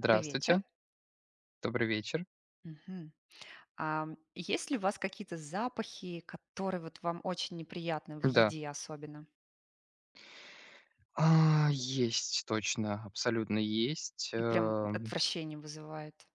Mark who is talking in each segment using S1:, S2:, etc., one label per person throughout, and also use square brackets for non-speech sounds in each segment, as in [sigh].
S1: Добрый вечер.
S2: добрый вечер.
S1: Мгм. Есть ли у вас какие-то запахи, которые вот вам очень неприятны в
S2: Да.
S1: еде особенно
S2: А, есть, точно, абсолютно есть.
S1: и прям
S2: Эм,
S1: отвращение вызывает?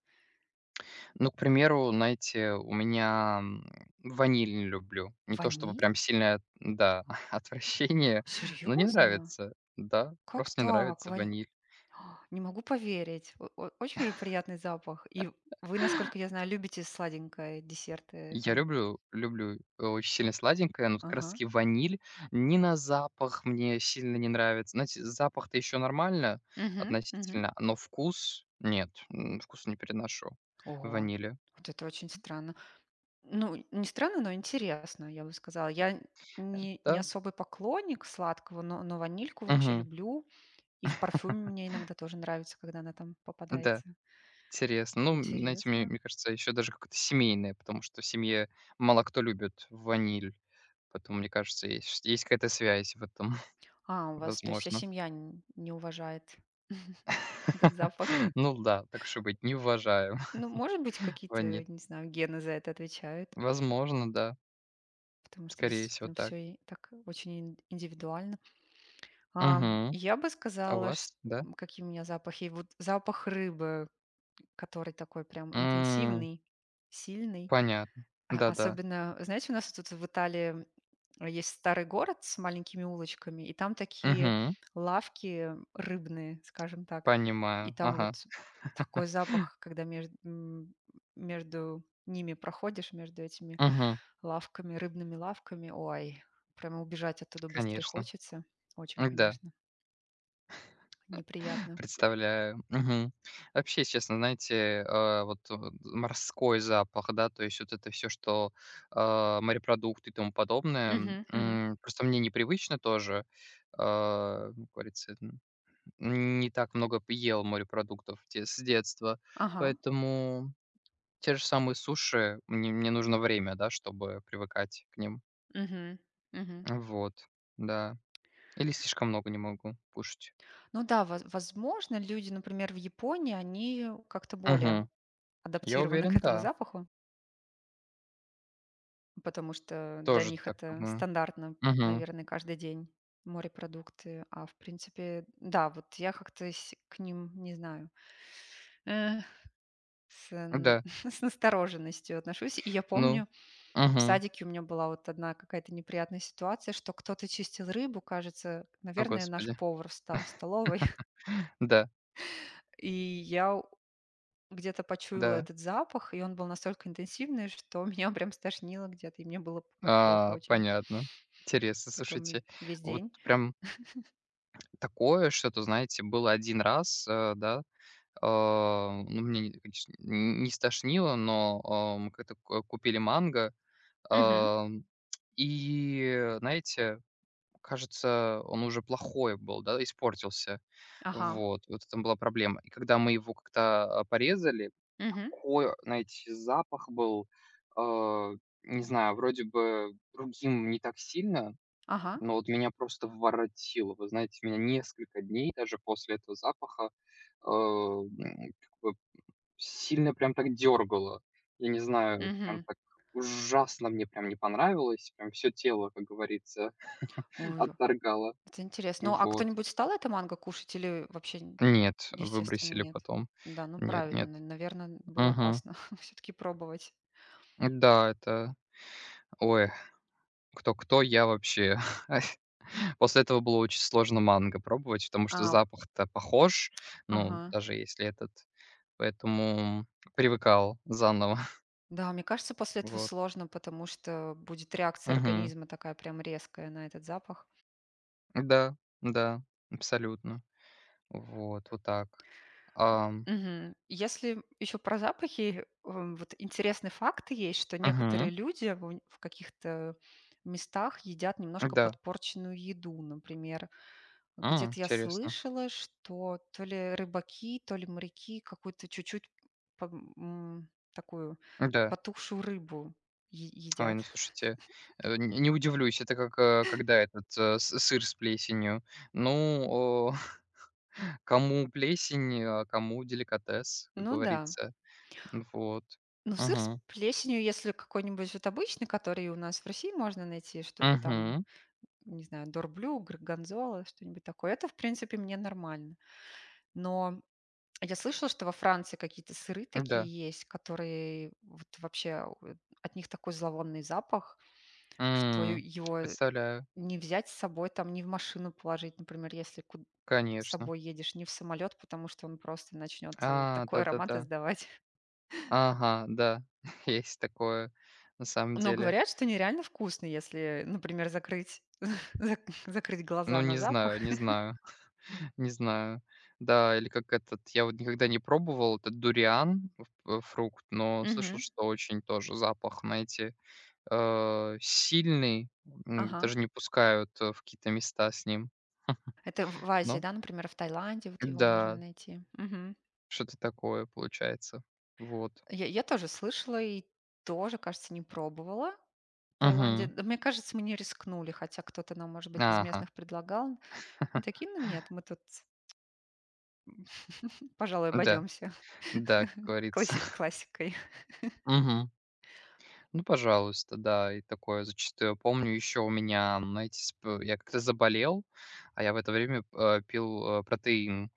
S2: ну, к примеру, знаете, у меня, ваниль не люблю. Не то чтобы
S1: Ваниль?
S2: прям сильное, да, [laughs] отвращение, но не
S1: Серьезно?
S2: нравится. Да,
S1: Как
S2: просто не
S1: так?
S2: нравится ваниль.
S1: Не могу поверить. Очень же приятный запах. И вы, насколько я знаю, любите сладенькое, десерты
S2: Я
S1: там.
S2: люблю очень сильно сладенькое, но вот как раз
S1: Ага.
S2: таки ваниль ни на запах мне сильно не нравится. Знаете, запах-то еще нормально
S1: Мгм, мгм.
S2: относительно, но нет, вкус не переношу
S1: Ого,
S2: ванили.
S1: вот это очень странно. Ну, не странно, но интересно, я бы сказала. Я не
S2: Да?
S1: особый поклонник сладкого, но ванильку вообще
S2: Мгм.
S1: люблю. И в парфюме мне иногда тоже нравится, когда она там
S2: Да,
S1: попадается.
S2: интересно. Ну, знаете, мне
S1: Интересно.
S2: мне кажется, еще даже как-то семейное, потому что в семье мало кто любит ваниль. Поэтому, мне кажется, есть какая-то связь в этом, [laughs]
S1: А, у вас, то есть вся
S2: возможно.
S1: семья не уважает этот
S2: [laughs]
S1: запах.
S2: Ну да, так уж быть, не уважаю
S1: Ну, может быть,
S2: [laughs]
S1: какие-то,
S2: ваниль.
S1: не знаю, гены за это отвечают,
S2: Возможно, да.
S1: потому что
S2: Скорее всего,
S1: действительно
S2: так.
S1: все так очень индивидуально.
S2: Мгм.
S1: Я бы
S2: А у
S1: сказала,
S2: вас, да?
S1: какие у меня запахи. Вот запах рыбы. Который такой прям
S2: М,
S1: интенсивный, сильный.
S2: понятно.
S1: А
S2: Да-да.
S1: особенно, знаете, у нас вот тут в Италии есть старый город с маленькими улочками, и там такие
S2: Мгм.
S1: лавки рыбные, скажем так. И
S2: Понимаю.
S1: там
S2: Ага.
S1: вот такой запах, когда между между ними проходишь, между этими
S2: Мгм.
S1: лавками, рыбными лавками. Ой, прямо убежать оттуда быстрее
S2: Конечно.
S1: хочется. Очень,
S2: М-да,
S1: конечно,
S2: [laughs]
S1: неприятно.
S2: представляю. Мгм. Вообще, честно, знаете, вот, морской запах, да, то есть вот это все, что, морепродукты и тому подобное,
S1: Мгм, мгм.
S2: просто мне непривычно тоже. А, как говорится, н не так много п ел морепродуктов те с детства,
S1: Ага.
S2: поэтому. Те же самые суши, мне нужно время, да, чтобы привыкать к ним.
S1: Мгм, мгм.
S2: Вот, да. Или слишком много не могу кушать.
S1: Ну да, возможно, люди, например, в Японии, они как-то более
S2: Мгм. Я
S1: адаптированы [laughs] к
S2: уверен,
S1: этому
S2: да.
S1: запаху, потому что для
S2: Тоже
S1: них
S2: так
S1: это
S2: думаю.
S1: стандартно,
S2: Мгм.
S1: наверное, каждый день морепродукты. А в принципе, да, вот я как-то к ним, не знаю, э, с, н-
S2: Да.
S1: [laughs] с настороженностью отношусь. И я
S2: Ну.
S1: помню, в
S2: Мгм.
S1: садике у меня была вот одна какая-то неприятная ситуация, что кто-то чистил рыбу, кажется,
S2: О,
S1: наверное, наш
S2: господи.
S1: повар встал в столовой, [laughs]
S2: [laughs] Да,
S1: и я где-то почуяла
S2: да.
S1: этот запах, и он был настолько интенсивный, что [laughs] меня прям стошнило где-то, и мне было плохо
S2: А,
S1: очень
S2: понятно. Интересно,
S1: потом и
S2: слушайте.
S1: весь
S2: Вот
S1: день.
S2: прям такое что-то, знаете, было один раз, да. А, ну, мне, конечно, н не стошнило, но, мы как-то ку купили манго.
S1: Мгм.
S2: Ам, и, знаете, кажется, он уже плохой был, да, испортился.
S1: Ага.
S2: Вот, вот это была проблема. И когда мы его как-то, порезали,
S1: Мгм.
S2: такой, знаете, запах был, а, не знаю, вроде бы другим не так сильно,
S1: Ага.
S2: но вот меня просто воротило. Вы знаете, меня несколько дней даже после этого запаха, как бы сильно прям так дергало. Я не знаю, вот прям
S1: Мгм.
S2: так ужасно мне прям не понравилось, прям все тело, как говорится, [laughs]
S1: Ой,
S2: отторгало.
S1: это интересно. Ну, а
S2: Вот.
S1: кто-нибудь стал это манго кушать или вообще,
S2: Нет,
S1: естественно,
S2: выбросили
S1: нет?
S2: потом.
S1: Да, ну
S2: Нет,
S1: правильно,
S2: нет.
S1: наверное, было
S2: Мгм.
S1: опасно [laughs] все-таки пробовать.
S2: Да, это. Ой, кто-кто, я вообще. [laughs] После этого было очень сложно манго пробовать, потому что
S1: А,
S2: запах-то похож, ну,
S1: ага.
S2: даже если этот. Поэтому привыкал заново. [laughs]
S1: Да, мне кажется, после этого
S2: Вот.
S1: сложно, потому что будет реакция
S2: Мгм.
S1: организма такая прям резкая на этот запах.
S2: Да, да, абсолютно. Вот, вот так. Ам,
S1: Мгм. Если еще про запахи, вот интересный факт есть, что некоторые
S2: мгм.
S1: люди в каких-то местах едят немножко
S2: Да,
S1: подпорченную еду. Например, где-то я
S2: интересно.
S1: слышала, что то ли рыбаки, то ли моряки какую-то чуть-чуть по- такую
S2: Да.
S1: потухшую рыбу
S2: Ой,
S1: едят.
S2: ну слушайте, н не удивлюсь, это как, когда этот, с сыр с плесенью. Ну, о, [laughs] кому плесень, а кому деликатес, как
S1: Ну да.
S2: говорится. Вот.
S1: Ну, сыр с
S2: Мгм.
S1: плесенью, если какой-нибудь вот обычный, который у нас в России можно найти, что-то там
S2: Мгм.
S1: не знаю, дорблю, горгонзола, что-нибудь такое. Это, в принципе, мне нормально. Но я слышала, что во Франции какие-то сыры
S2: Да.
S1: такие есть, которые вот вообще от них такой зловонный запах, что
S2: М,
S1: его
S2: представляю,
S1: не взять с собой, там, не в машину положить, например, если с
S2: конечно.
S1: собой едешь, не в самолет, потому что он просто начнет
S2: А,
S1: такой аромат
S2: да-да-да.
S1: издавать.
S2: Ага, да, [laughs] есть такое на
S1: [laughs]
S2: самом
S1: Но
S2: деле.
S1: говорят, что нереально вкусно, если, например, закрыть, [laughs] закрыть глаза
S2: Ну,
S1: на
S2: не
S1: запах.
S2: знаю, не знаю. Не знаю. Да, или как этот, я вот никогда не пробовал этот дуриан, фрукт, но слышал,
S1: Мгм.
S2: что очень тоже запах, знаете, сильный,
S1: Ага.
S2: даже не пускают, в какие-то места с ним. [laughs] Хм,
S1: Это в Азии,
S2: ну
S1: да, например, в Таиланде вот его можно
S2: да,
S1: найти. Мгм.
S2: что-то такое получается. Вот.
S1: Я тоже слышала и тоже, кажется, не пробовала в Таиланде.
S2: Мгм.
S1: Да, мне кажется, мы не рискнули, хотя кто-то нам, может быть, из
S2: Ага.
S1: местных предлагал. Мы
S2: [laughs]
S1: такие, ну нет, мы тут, [laughs] пожалуй,
S2: Да,
S1: обойдемся [laughs]
S2: да, как говорится. [laughs]
S1: классикой.
S2: Мгм. Ну, пожалуйста, да, и такое зачастую. Помню, еще у меня, знаете, сп я как-то заболел, а я в это время, пил, протеин.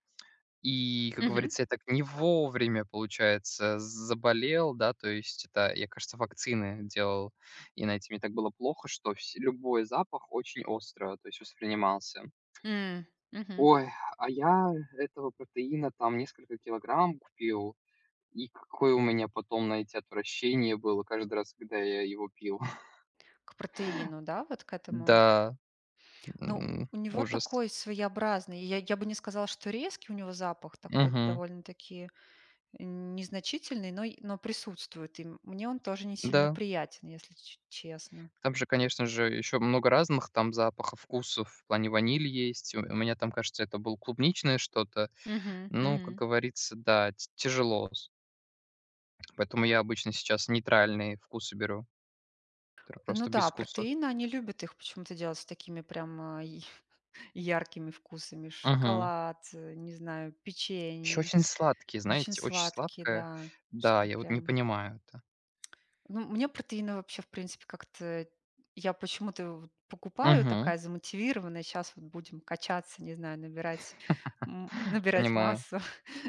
S2: И, как
S1: Мгм.
S2: говорится, я так не вовремя, получается, заболел, да, то есть это, я, кажется, вакцины делал, и, знаете, мне так было плохо, что вс любой запах очень остро, то есть воспринимался.
S1: М, мгм.
S2: Ой, а я этого протеина там несколько килограмм купил, и какое у меня потом, знаете, отвращение было каждый раз, когда я его пил. [laughs]
S1: К протеину, да, вот к этому.
S2: Да,
S1: Ну, у него
S2: ужас.
S1: такой своеобразный. Я бы не сказала, что резкий у него запах такой
S2: Мгм.
S1: довольно-таки незначительный, но присутствует, и мне он тоже не сильно
S2: Да.
S1: приятен, если ч честно.
S2: Там же, конечно же, еще много разных там запахов, вкусов. В плане ваниль есть. У меня там, кажется, это был клубничное что-то.
S1: Мгм,
S2: Ну, как
S1: мгм.
S2: говорится, да, т тяжело. С Поэтому я обычно сейчас нейтральные вкусы беру, которые
S1: Ну
S2: просто без
S1: да,
S2: вкуса.
S1: протеины, они любят их почему-то делать с такими прям, и [laughs] яркими вкусами.
S2: Угу.
S1: Шоколад, не знаю,
S2: Еще
S1: печенье.
S2: очень сладкие,
S1: Очень
S2: знаете, очень
S1: сладкие,
S2: сладкое.
S1: да,
S2: Да,
S1: что
S2: я вот не
S1: прям.
S2: понимаю это.
S1: Ну, мне протеины вообще, в принципе, как-то я почему-то вот покупаю,
S2: Угу.
S1: такая замотивированная: «Сейчас вот будем качаться, не знаю, набирать
S2: Понимаю.
S1: массу».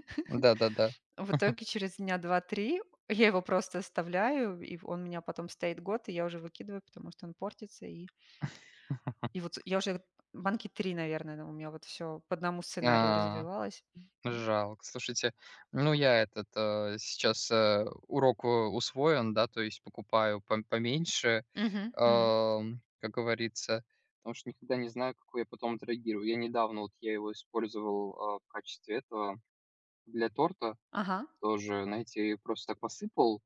S1: [laughs]
S2: Да-да-да.
S1: В итоге через дня два-три я его просто оставляю, и он у меня потом стоит год, и я уже выкидываю, потому что он портится. И вот я уже банки 3, наверное, у меня вот все по одному сценарию
S2: [laughs]
S1: развивалось.
S2: Жалко. Слушайте, ну, я этот, сейчас, урок, усвоен, да, то есть покупаю поменьше,
S1: Мгм, мгм.
S2: как говорится, потому что никогда не знаю, какой я потом отреагирую. Я недавно вот я его использовал, в качестве этого для торта
S1: Ага.
S2: тоже, знаете, просто так посыпал.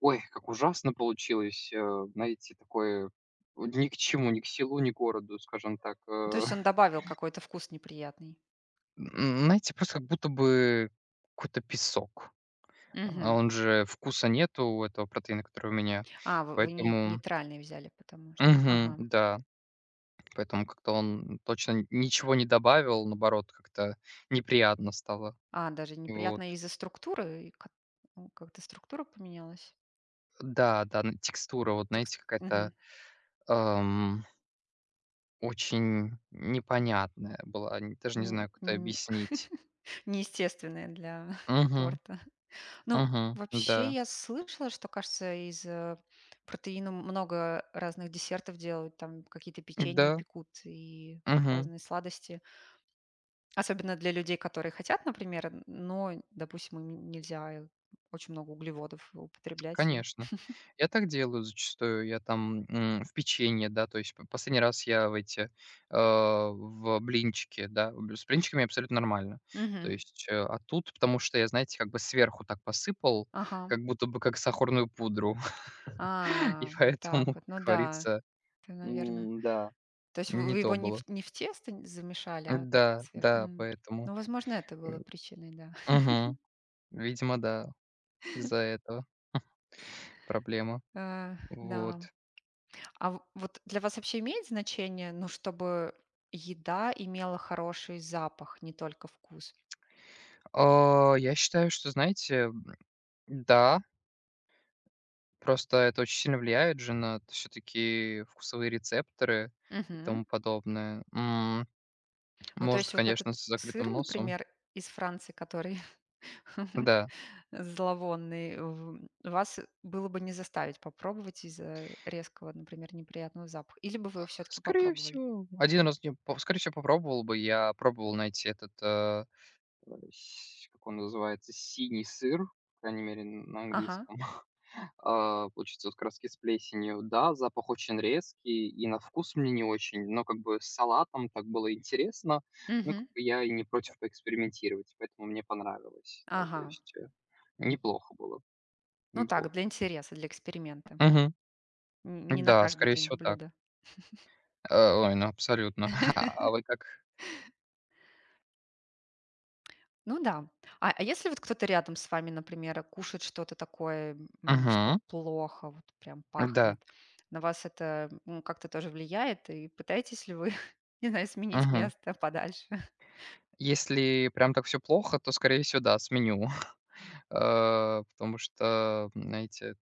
S2: Ой, как ужасно получилось, знаете, такое вот ни к чему, ни к селу, ни к городу, скажем так.
S1: То есть он
S2: [laughs]
S1: добавил какой-то вкус неприятный.
S2: Н знаете, просто как будто бы какой-то песок. А
S1: Мгм.
S2: он же вкуса нету у этого протеина, который у меня.
S1: А, вы
S2: Поэтому
S1: нейтральный взяли, потому что...
S2: [laughs] мгм,
S1: Ага.
S2: да. Поэтому как-то он точно ничего не добавил, наоборот, как-то неприятно стало.
S1: А, даже
S2: Вот.
S1: неприятно из-за структуры, и ну, как-то структура поменялась.
S2: Да, да, н текстура, вот
S1: Текст.
S2: знаете,
S1: Мгм.
S2: какая-то, ам, очень непонятная была. Н даже не
S1: Н-
S2: знаю, как это
S1: н-
S2: объяснить.
S1: [laughs] Неестественная для [laughs]
S2: Угу,
S1: торта. Ну,
S2: угу,
S1: вообще
S2: да.
S1: я слышала, что, кажется, из протеина много разных десертов делают, там какие-то печенья
S2: Да,
S1: пекут и
S2: угу.
S1: разные сладости. Особенно для людей, которые хотят, например, но, допустим, им нельзя очень много углеводов употреблять. И...
S2: Конечно. Я так делаю зачастую. Я там, в печенье, да, то есть п последний раз я в эти, э, в блинчики, да, б с блинчиками абсолютно нормально. То
S1: Мгм.
S2: есть, а тут, потому что я, знаете, как бы сверху так посыпал,
S1: Ага.
S2: как будто бы как сахарную пудру. [laughs] И
S1: А, вот
S2: поэтому,
S1: так вот.
S2: как
S1: Ну да,
S2: говорится,
S1: это, наверное.
S2: да,
S1: То есть вы
S2: не
S1: вы его
S2: то было.
S1: не в тесто замешали, а так
S2: Да, да,
S1: М.
S2: поэтому.
S1: Ну, возможно, это было
S2: М,
S1: причиной, да. [laughs]
S2: Видимо, да, из-за этого [laughs] проблема.
S1: Да.
S2: Вот.
S1: А вот для вас вообще имеет значение, ну, чтобы еда имела хороший запах, не только вкус?
S2: А, я считаю, что, знаете. Да, просто это очень сильно влияет же на все-таки вкусовые рецепторы и
S1: Мгм.
S2: тому подобное.
S1: Ну, то
S2: Можно,
S1: есть вот этот
S2: конечно, с
S1: сыр,
S2: закрытым носом.
S1: например, из Франции, который [laughs]
S2: Да,
S1: зловонный, вас было бы не заставить попробовать из-за резкого, например, неприятного запаха. Или бы вы все-таки
S2: скорее
S1: попробовали?
S2: всего, один раз, не по- скорее всего, попробовал бы. Я пробовал найти этот, как он называется, синий сыр, по крайней мере, на
S1: Ага.
S2: английском. А, получается, вот краски с плесенью. Да, запах очень резкий, и на вкус мне не очень, но как бы с салатом так было интересно. Ну, как
S1: Мгм.
S2: бы я и не против поэкспериментировать, поэтому мне понравилось. Да, то
S1: Ага.
S2: есть неплохо было.
S1: Ну так,
S2: Вот.
S1: для интереса, для эксперимента.
S2: Мгм.
S1: Не на
S2: Да,
S1: каждый
S2: скорее
S1: день
S2: всего, так.
S1: блюдо.
S2: Ой, ну абсолютно. [laughs] А вы как?
S1: Ну да. А если вот кто-то рядом с вами, например, кушает что-то такое, что
S2: Мгм.
S1: плохо, вот прям
S2: Да.
S1: пахнет, на вас это как-то тоже влияет? И пытаетесь ли вы, [laughs] не знаю, сменить
S2: Мгм.
S1: место подальше?
S2: Если прям так все плохо, то, скорее всего, да, сменю. [laughs] Потому что, знаете,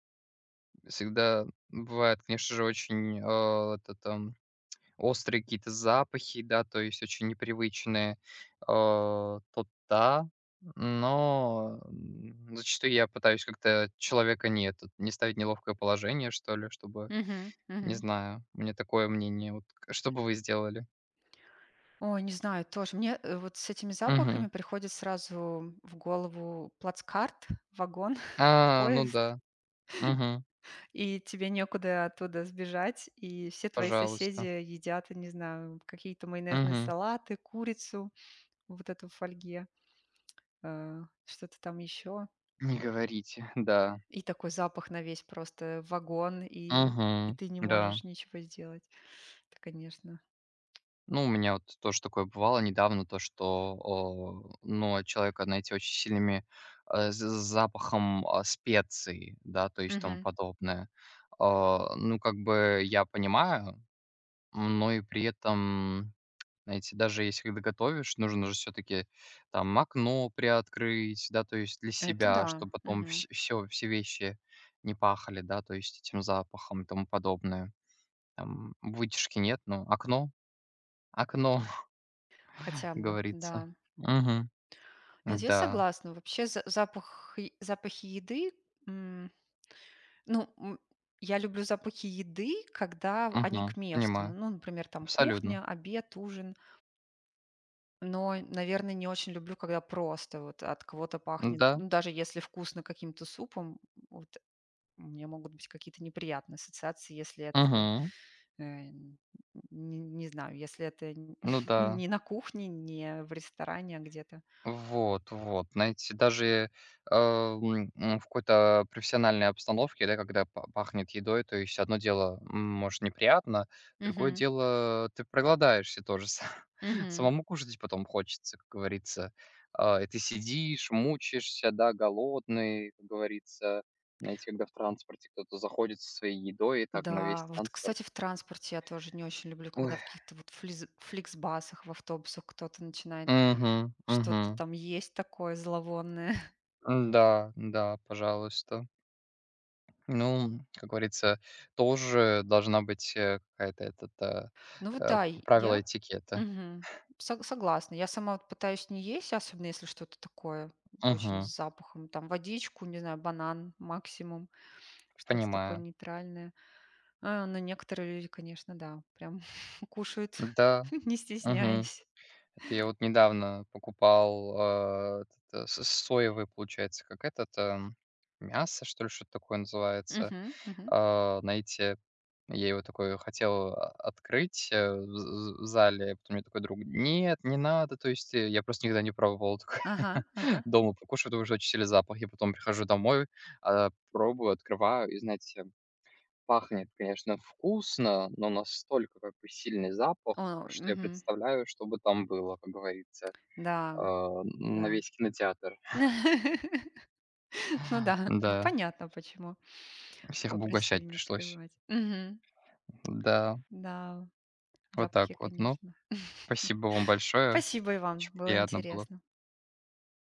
S2: всегда бывает, конечно же, очень, это там острые какие-то запахи, да, то есть очень непривычные, то да. Но, зачастую я пытаюсь как-то человека не этот, не ставить в неловкое положение, что ли, чтобы
S1: Мгм,
S2: не
S1: мгм.
S2: знаю, у меня такое мнение. Вот к что бы вы сделали?
S1: Ой, не знаю, тоже. Мне вот с этими запахами
S2: Мгм.
S1: приходит сразу в голову плацкарт, вагон, [laughs]
S2: А, ну
S1: поезд,
S2: да. Мгм.
S1: и тебе некуда оттуда сбежать, и все твои соседи
S2: Пожалуйста.
S1: едят, я не знаю, какие-то майонезные
S2: Мгм.
S1: салаты, курицу вот эту в фольге, что-то там еще.
S2: Не говорите. Да.
S1: И такой запах на весь просто вагон, и
S2: Мгм.
S1: ты не
S2: Да.
S1: можешь ничего сделать. Это, конечно.
S2: Ну, у меня вот тоже такое бывало недавно, то, что, о, ну, от человека, знаете, очень сильными запахом специй, да, то есть тому
S1: Мгм.
S2: подобное. А, ну, как бы я понимаю, но и при этом, знаете, даже если когда готовишь, нужно же все-таки там окно приоткрыть, да, то есть для
S1: Это
S2: себя,
S1: да.
S2: чтобы потом
S1: Мгм.
S2: все, все вещи не пахали, да, то есть этим запахом и тому подобное. Там вытяжки нет, но окно, окно. Как
S1: Хотя бы,
S2: говорится.
S1: да.
S2: Мгм.
S1: Нет, я
S2: Да.
S1: согласна. Вообще запах, запахи еды... м, Ну, я люблю запахи еды, когда они
S2: Мгм.
S1: к месту.
S2: Понимаю.
S1: Ну, например, там
S2: Абсолютно.
S1: кухня, обед, ужин. Но, наверное, не очень люблю, когда просто вот от кого-то пахнет.
S2: Да.
S1: Ну, даже если вкусно каким-то супом, вот. У меня могут быть какие-то неприятные ассоциации, если это,
S2: Мгм.
S1: э, не знаю, если это
S2: Ну
S1: [laughs]
S2: да.
S1: не на кухне, не в ресторане, а где-то.
S2: Вот, вот. Знаете, даже, в какой-то профессиональной обстановке, да, когда па пахнет едой, то есть одно дело, может, неприятно, другое
S1: Мгм.
S2: дело, ты проголодаешься тоже. Са [laughs]
S1: Мгм.
S2: Самому кушать потом хочется, как говорится. А, и ты сидишь, мучаешься, да, голодный, как говорится. Знаете, когда в транспорте кто-то заходит со своей едой, и так на весь
S1: Да, вот,
S2: транспорт.
S1: кстати, в транспорте я тоже не очень люблю, когда
S2: Ой.
S1: в каких-то вот фликсбасах, в автобусах кто-то начинает
S2: Угу,
S1: что-то
S2: мгм.
S1: там есть такое зловонное. [laughs]
S2: Да, да, пожалуйста. Ну, как говорится, тоже должна быть, какая-то этот,
S1: Ну вот
S2: э,
S1: да, и я
S2: правила этикета.
S1: мгм, согласна. Я сама вот пытаюсь не есть, особенно если что-то такое очень
S2: Мгм.
S1: с запахом, там водичку, не знаю, банан максимум. Что-то такое
S2: Понимаю.
S1: нейтральное. А, ну, некоторые люди, конечно, да, прям [laughs] кушают,
S2: Да,
S1: [laughs] не
S2: мгм.
S1: стесняясь.
S2: Это я вот недавно покупал, этот, с соевый, получается, как этот, мясо, что ли, что-то такое называется.
S1: Мгм, мгм.
S2: А, знаете, я его такой хотел открыть, в зале, а потом мне такой друг: "Нет, не надо". То есть, я просто никогда не пробовал такое.
S1: Ага, ага.
S2: [laughs] Дома покушать, потому что очень сильный запах. Я потом прихожу домой, пробую, открываю, и, знаете, пахнет, конечно, вкусно, но настолько как бы сильный запах,
S1: О,
S2: что я
S1: мгм.
S2: представляю, что бы там было, как говорится,
S1: Да,
S2: на
S1: да.
S2: весь кинотеатр.
S1: [laughs] Ну да, ну
S2: Да,
S1: понятно, почему
S2: всех бы
S1: попросили
S2: угощать
S1: не
S2: пришлось.
S1: открывать. Мгм.
S2: Да,
S1: Да,
S2: вот
S1: запахи,
S2: так вот. Ну,
S1: конечно. [laughs]
S2: спасибо вам большое.
S1: Спасибо и вам,
S2: Очень
S1: было
S2: приятно было.
S1: интересно.